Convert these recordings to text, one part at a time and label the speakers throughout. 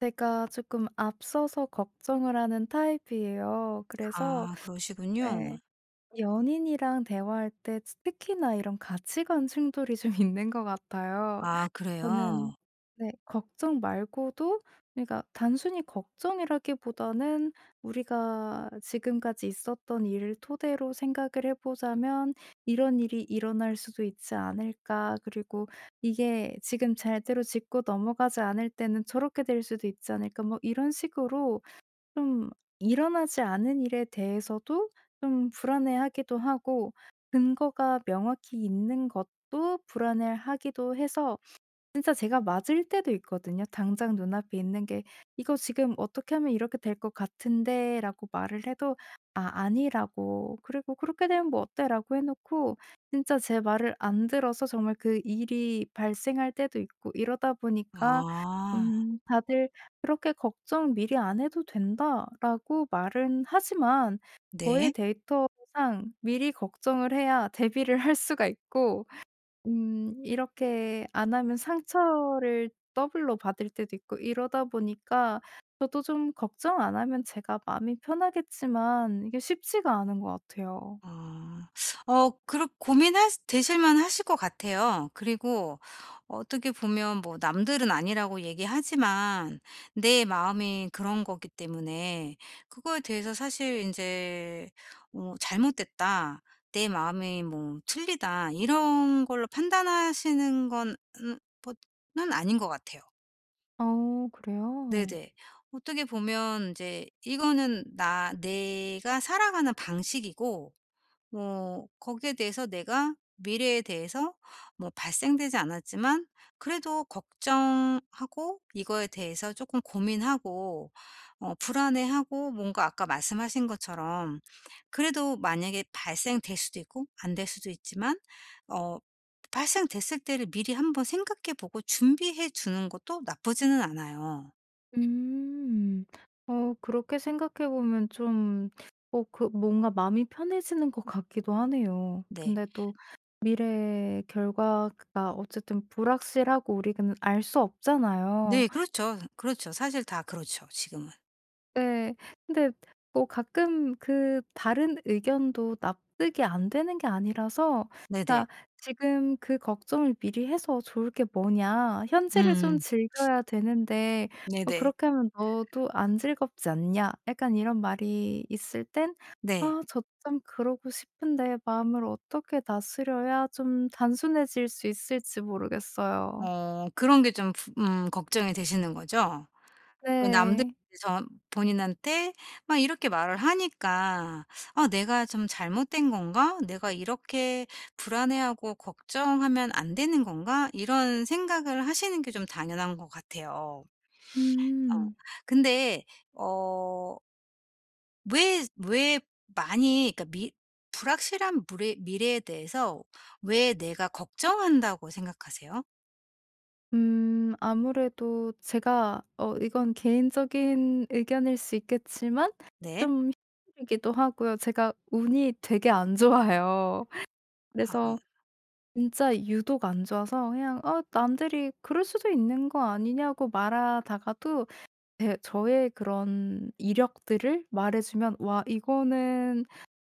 Speaker 1: 제가 조금 앞서서 걱정을 하는 타입이에요. 그래서
Speaker 2: 아 그러시군요.
Speaker 1: 네. 연인이랑 대화할 때 특히나 이런 가치관 충돌이 좀 있는 것 같아요.
Speaker 2: 아
Speaker 1: 저는
Speaker 2: 그래요?
Speaker 1: 네 걱정 말고도 그러니까 단순히 걱정이라기보다는 우리가 지금까지 있었던 일을 토대로 생각을 해 보자면 '이런 일이 일어날 수도 있지 않을까.' 그리고 '이게 지금 잘대로 짚고 넘어가지 않을 때는 저렇게 될 수도 있지 않을까.' 뭐 이런 식으로 좀 일어나지 않은 일에 대해서도 좀 불안해하기도 하고 근거가 명확히 있는 것도 불안해하기도 해서 진짜 제가 맞을 때도 있거든요. 당장 눈앞에 있는 게 "이거 지금 어떻게 하면 이렇게 될 것 같은데."라고 말을 해도 "아 아니라고. 그리고 그렇게 되면 뭐 어때."라고 해 놓고 진짜 제 말을 안 들어서 정말 그 일이 발생할 때도 있고 이러다 보니까
Speaker 2: 아
Speaker 1: 다들 "그렇게 걱정 미리 안 해도 된다."라고 말은 하지만 저의
Speaker 2: 네.
Speaker 1: 데이터상 미리 걱정을 해야 대비를 할 수가 있고 이렇게 안 하면 상처를 더블로 받을 때도 있고 이러다 보니까 저도 좀 걱정 안 하면 제가 마음이 편하겠지만 이게 쉽지가 않은 것 같아요.
Speaker 2: 아. 어 그러 고민할 되실 만하실 것 같아요. 그리고 어떻게 보면 뭐 남들은 아니라고 얘기하지만 내 마음이 그런 거기 때문에 그거에 대해서 사실 이제 '잘못됐다. 내 마음이 뭐 틀리다.' 이런 걸로 판단하시는 건 뭐 는 아닌 것 같아요.
Speaker 1: 어 그래요?
Speaker 2: 네네. 어떻게 보면 이제 이거는 나 내가 살아가는 방식이고 뭐 거기에 대해서 내가 미래에 대해서 뭐 발생되지 않았지만 그래도 걱정하고 이거에 대해서 조금 고민하고 불안해하고 뭔가 아까 말씀하신 것처럼 그래도 만약에 발생될 수도 있고 안 될 수도 있지만 어 발생됐을 때를 미리 한번 생각해 보고 준비해 주는 것도 나쁘지는 않아요.
Speaker 1: 음. 그렇게 생각해 보면 좀 그 뭔가 마음이 편해지는 것 같기도 하네요.
Speaker 2: 네.
Speaker 1: 근데 또 미래의 결과가 어쨌든 불확실하고 우리는 알 수 없잖아요.
Speaker 2: 네. 그렇죠. 그렇죠. 사실 다 그렇죠 지금은.
Speaker 1: 네. 근데 뭐 가끔 그 다른 의견도 납득이 안 되는 게 아니라서
Speaker 2: 네네.
Speaker 1: 그러니까 지금 그 걱정을 미리 해서 좋을 게 뭐냐. 현재를 좀
Speaker 2: 음.
Speaker 1: 즐겨야 되는데
Speaker 2: 네네.
Speaker 1: "그렇게 하면 너도 안 즐겁지 않냐." 약간 이런 말이 있을 땐
Speaker 2: 네.
Speaker 1: '아 저도 참 그러고 싶은데 마음을 어떻게 다스려야 좀 단순해질 수 있을지 모르겠어요.'
Speaker 2: 그런 게 좀 부 걱정이 되시는 거죠? 왜 남들이
Speaker 1: 네.
Speaker 2: 이제 저 본인한테 막 이렇게 말을 하니까 '아 내가 좀 잘못된 건가? 내가 이렇게 불안해하고 걱정하면 안 되는 건가?' 이런 생각을 하시는 게 좀 당연한 것 같아요. 어
Speaker 1: 음.
Speaker 2: 근데 어 왜 왜 많이 그러니까 미 불확실한 미래에 대해서 왜 내가 걱정한다고 생각하세요?
Speaker 1: 아무래도 제가 이건 개인적인 의견일 수 있겠지만
Speaker 2: 네.
Speaker 1: 좀 힘들기도 하고요. 제가 운이 되게 안 좋아요.
Speaker 2: 아.
Speaker 1: 그래서 진짜 유독 안 좋아서 그냥 남들이 "그럴 수도 있는 거 아니냐."고 말하다가도 저의 그런 이력들을 말해 주면 "와 이거는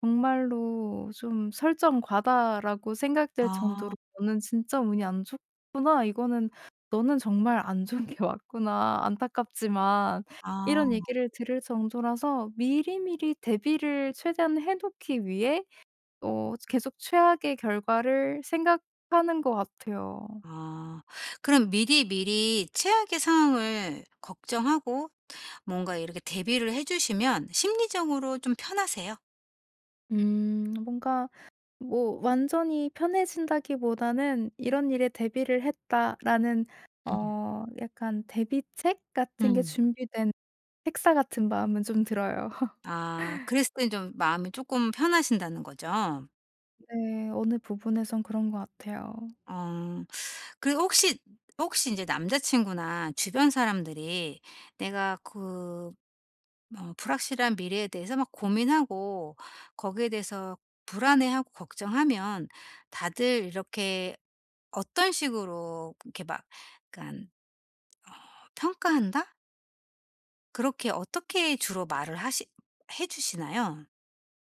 Speaker 1: 정말로 좀 '설정 과다.'라고 생각될
Speaker 2: 아.
Speaker 1: 정도로 '너는 진짜 운이 안 좋구나. 이거는 너는 정말 안 좋은 게 왔구나. 안타깝지만.'
Speaker 2: 아.
Speaker 1: 이런 얘기를 들을 정도라서 미리미리 대비를 최대한 해 놓기 위해 계속 최악의 결과를 생각하는 것 같아요.
Speaker 2: 아. 그럼 미리미리 최악의 상황을 걱정하고 뭔가 이렇게 대비를 해 주시면 심리적으로 좀 편하세요?
Speaker 1: 뭔가 뭐 완전히 편해진다기보다는 '이런 일에 대비를 했다.'라는
Speaker 2: 음.
Speaker 1: 약간 대비책 같은 게
Speaker 2: 음.
Speaker 1: 준비된 책사 같은 마음은 좀 들어요.
Speaker 2: 아 그랬을 때 좀 마음이 조금 편하신다는 거죠?
Speaker 1: 네. 어느 부분에선 그런 것 같아요.
Speaker 2: 어. 그리고 혹시 이제 남자친구나 주변 사람들이 내가 불확실한 미래에 대해서 막 고민하고 거기에 대해서 불안해하고 걱정하면 다들 이렇게 어떤 식으로 이렇게 막 약간 어 "평가한다?" 그렇게 어떻게 주로 말을 하시 해 주시나요?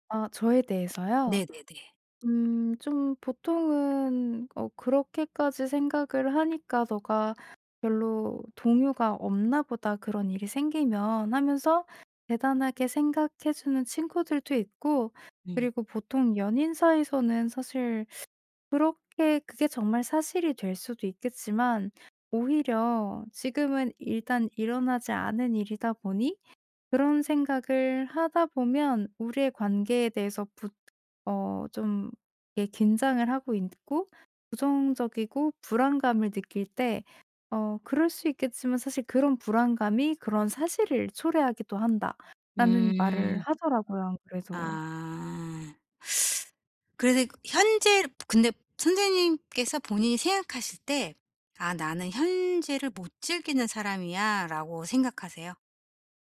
Speaker 1: 아 저에 대해서요?
Speaker 2: 네네네.
Speaker 1: 좀 보통은 그렇게까지 생각을 하니까 '너가 별로 동요가 없나 보다, 그런 일이 생기면.' 하면서 대단하게 생각해 주는 친구들도 있고
Speaker 2: 음.
Speaker 1: 그리고 보통 연인 사이에서는 사실 그렇게 그게 정말 사실이 될 수도 있겠지만 오히려 지금은 일단 일어나지 않은 일이다 보니 그런 생각을 하다 보면 우리의 관계에 대해서 부 좀 이게 긴장을 하고 있고 부정적이고 불안감을 느낄 때 그럴 수 있겠지만 사실 그런 불안감이 그런 사실을 초래하기도 한다라는 말을
Speaker 2: 음.
Speaker 1: 하더라고요 안 그래도.
Speaker 2: 아. 그래서 그 현재 근데 선생님께서 본인이 생각하실 때 '아 나는 현재를 못 즐기는 사람이야.'라고 생각하세요?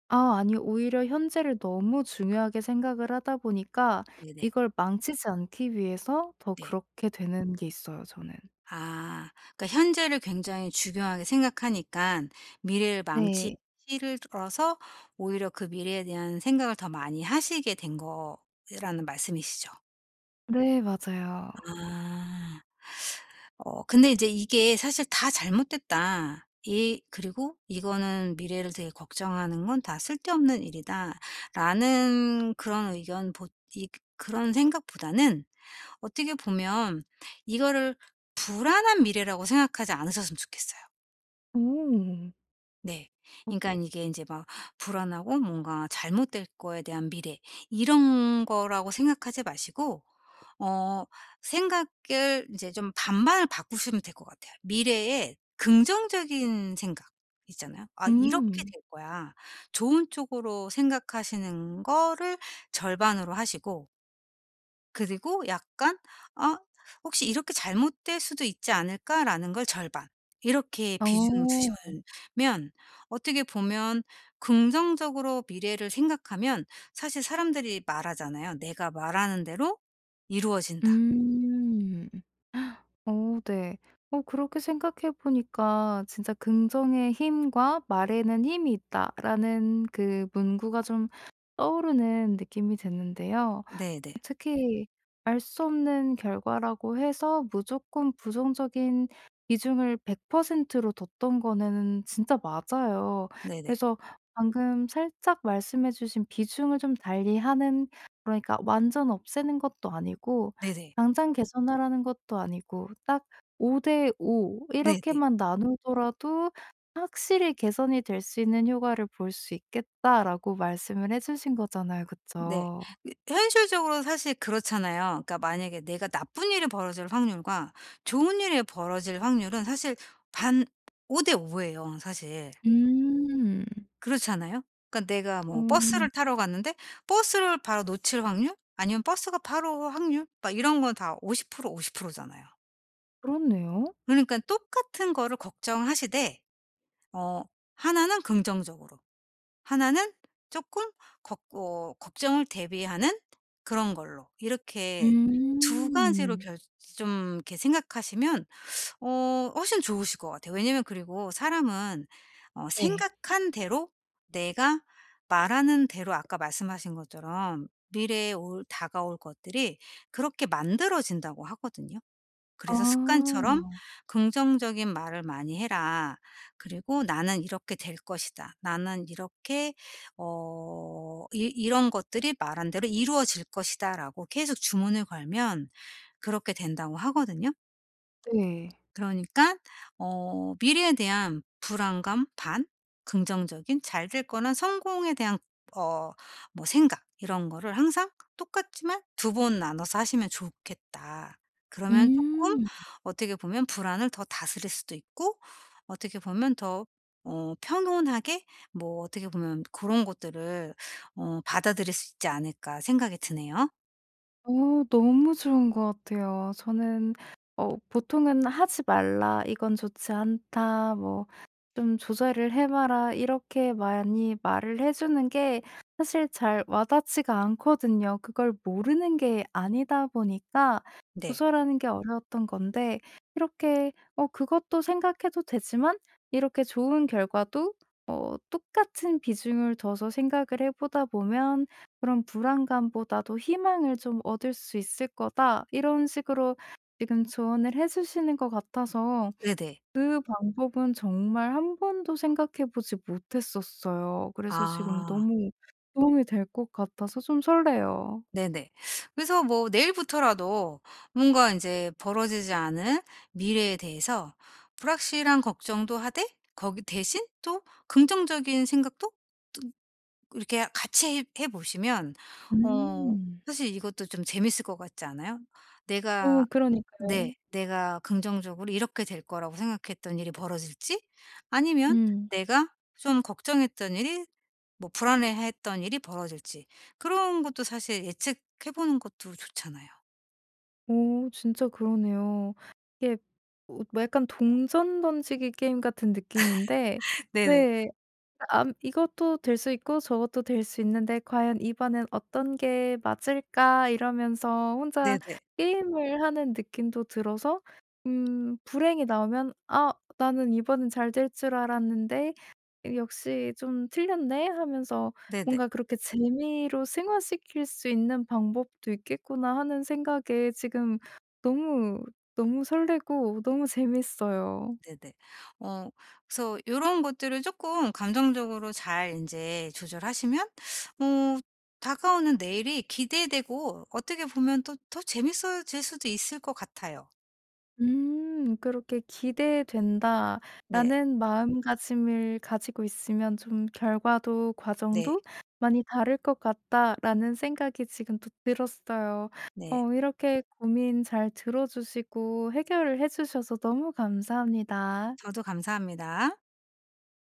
Speaker 1: 아 아니 오히려 현재를 너무 중요하게 생각을 하다 보니까
Speaker 2: 네네.
Speaker 1: 이걸 망치지 않기 위해서 더
Speaker 2: 네.
Speaker 1: 그렇게 되는 게 있어요 저는.
Speaker 2: 아. 그러니까 현재를 굉장히 중요하게 생각하니깐 미래를 망치기
Speaker 1: 네.
Speaker 2: 싫어서 오히려 그 미래에 대한 생각을 더 많이 하시게 된 거라는 말씀이시죠?
Speaker 1: 네 맞아요.
Speaker 2: 아. 근데 이제 이게 사실 '다 잘못됐다. 이 그리고 이거는 미래를 되게 걱정하는 건 다 쓸데없는 일이다.'라는 그런 의견 보 이 그런 생각보다는 어떻게 보면 이거를 불안한 미래라고 생각하지 않으셨으면 좋겠어요.
Speaker 1: 오.
Speaker 2: 네.
Speaker 1: 어
Speaker 2: 그러니까 네. 이게 이제 막 불안하고 뭔가 잘못될 거에 대한 미래, 이런 거라고 생각하지 마시고 어 생각을 이제 좀 반반을 바꾸시면 될 것 같아요. 미래에 긍정적인 생각 있잖아요. '아 이렇게
Speaker 1: 음.
Speaker 2: 될 거야.' 좋은 쪽으로 생각하시는 거를 절반으로 하시고 그리고 약간 '아 혹시 이렇게 잘못될 수도 있지 않을까?'라는 걸 절반 이렇게 비중을 주시
Speaker 1: 어.
Speaker 2: 면 어떻게 보면 긍정적으로 미래를 생각하면, 사실 사람들이 말하잖아요. "내가 말하는 대로 이루어진다."
Speaker 1: 음. 어 네. 그렇게 생각해 보니까 진짜 "긍정의 힘과 말에는 힘이 있다."라는 그 문구가 좀 떠오르는 느낌이 드는데요.
Speaker 2: 네네.
Speaker 1: 특히 알 수 없는 결과라고 해서 무조건 부정적인 비중을 100%로 뒀던 거는 진짜 맞아요.
Speaker 2: 네네.
Speaker 1: 그래서 방금 살짝 말씀해 주신 비중을 좀 달리하는 그러니까 완전 없애는 것도 아니고
Speaker 2: 네네.
Speaker 1: 당장 개선하라는 것도 아니고 딱 5대 5
Speaker 2: 네네.
Speaker 1: 이렇게만 나누더라도 확실히 개선이 될 수 있는 효과를 볼 수 있겠다라고 말씀을 해 주신 거잖아요.
Speaker 2: 네.
Speaker 1: 그쵸?
Speaker 2: 그 현실적으로 사실 그렇잖아요. 그러니까 만약에 내가 나쁜 일이 벌어질 확률과 좋은 일이 벌어질 확률은 사실 반 5대 5 예요 사실.
Speaker 1: 음.
Speaker 2: 그렇잖아요. 그러니까 내가
Speaker 1: 어
Speaker 2: 뭐 버스를 타러 갔는데 버스를 바로 놓칠 확률 아니면 버스가 바로 올 확률 막 이런 건 다 50% 50% 잖아요.
Speaker 1: 그렇네요.
Speaker 2: 그러니깐 똑같은 거를 걱정하시되 어 하나는 긍정적으로, 하나는 조금 걱 어 걱정을 대비하는 그런 걸로 이렇게 두 가지로
Speaker 1: 음.
Speaker 2: 결 좀 이렇게 생각하시면 훨씬 좋으실 것 같아요. 왜냐면 그리고 사람은
Speaker 1: 네.
Speaker 2: 생각한 대로, 내가 말하는 대로 아까 말씀하신 것처럼 미래에 올 다가올 것들이 그렇게 만들어진다고 하거든요. 그래서
Speaker 1: 아.
Speaker 2: 습관처럼 긍정적인 말을 많이 해라. 그리고 "나는 이렇게 될 것이다. 나는 이렇게 어 이 이런 것들이 말한 대로 이루어질 것이다."라고 계속 주문을 걸면 그렇게 된다고 하거든요.
Speaker 1: 네.
Speaker 2: 그러니까 미래에 대한 불안감 반, 긍정적인 잘될 거나 성공에 대한 어 생각, 이런 거를 항상 똑같지만 두 번 나눠서 하시면 좋겠다. 그러면 조금
Speaker 1: 음.
Speaker 2: 어떻게 보면 불안을 더 다스릴 수도 있고 어떻게 보면 더 평온하게 뭐 어떻게 보면 그런 것들을 받아들일 수 있지 않을까 생각이 드네요.
Speaker 1: 너무 좋은 것 같아요. 저는 보통은 "하지 말라. 이건 좋지 않다." 뭐 "좀 조절을 해 봐라." 이렇게 많이 말을 해 주는 게 사실 잘 와닿지가 않거든요. 그걸 모르는 게 아니다 보니까
Speaker 2: 네.
Speaker 1: 조절하는 게 어려웠던 건데 이렇게 그것도 생각해도 되지만 이렇게 좋은 결과도 똑같은 비중을 둬서 생각을 해 보다 보면 그런 불안감보다도 희망을 좀 얻을 수 있을 거다." 이런 식으로 지금 조언을 해 주시는 것 같아서
Speaker 2: 네네.
Speaker 1: 그 방법은 정말 한 번도 생각해 보지 못했었어요. 그래서 지금
Speaker 2: 아.
Speaker 1: 너무 도움이 될 것 같아서 좀 설레요.
Speaker 2: 네네. 그래서 뭐 내일부터라도 뭔가 인제 벌어지지 않은 미래에 대해서 불확실한 걱정도 하되, 거기 대신 또 긍정적인 생각도 또 이렇게 같이 해 보시면 어
Speaker 1: 음.
Speaker 2: 사실 이것도 좀 재밌을 것 같지 않아요? 내가
Speaker 1: 그러니까요.
Speaker 2: 네. 내가 긍정적으로 이렇게 될 거라고 생각했던 일이 벌어질지, 아니면
Speaker 1: 음.
Speaker 2: 내가 좀 걱정했던 일이 뭐 불안해했던 일이 벌어질지, 그런 것도 사실 예측해 보는 것도 좋잖아요.
Speaker 1: 오, 진짜 그러네요. 이게 뭐 약간 동전 던지기 게임 같은 느낌인데
Speaker 2: 네네.
Speaker 1: 네. 암 이것도 될 수 있고 저것도 될 수 있는데 '과연 이번엔 어떤 게 맞을까?' 이러면서 혼자
Speaker 2: 네네.
Speaker 1: 게임을 하는 느낌도 들어서 불행이 나오면 '아 나는 이번엔 잘 될 줄 알았는데 역시 좀 틀렸네.' 하면서
Speaker 2: 네네.
Speaker 1: 뭔가 그렇게 '재미로 승화시킬 수 있는 방법도 있겠구나.' 하는 생각에 지금 너무, 너무 설레고 너무 재밌어요.
Speaker 2: 네네. 어 그래서 이런 것들을 조금 감정적으로 잘 이제 조절하시면 어 다가오는 내일이 기대되고 어떻게 보면 또 더 재밌어질 수도 있을 것 같아요.
Speaker 1: 음. 그렇게
Speaker 2: 네.
Speaker 1: '기대된다.'라는 마음가짐을 가지고 있으면 좀 '결과도
Speaker 2: 네.
Speaker 1: 과정도 많이 다를 것 같다.'라는 생각이 지금 또 들었어요.
Speaker 2: 네.
Speaker 1: 이렇게 고민 잘 들어 주시고 해결을 해 주셔서 너무 감사합니다.
Speaker 2: 저도 감사합니다.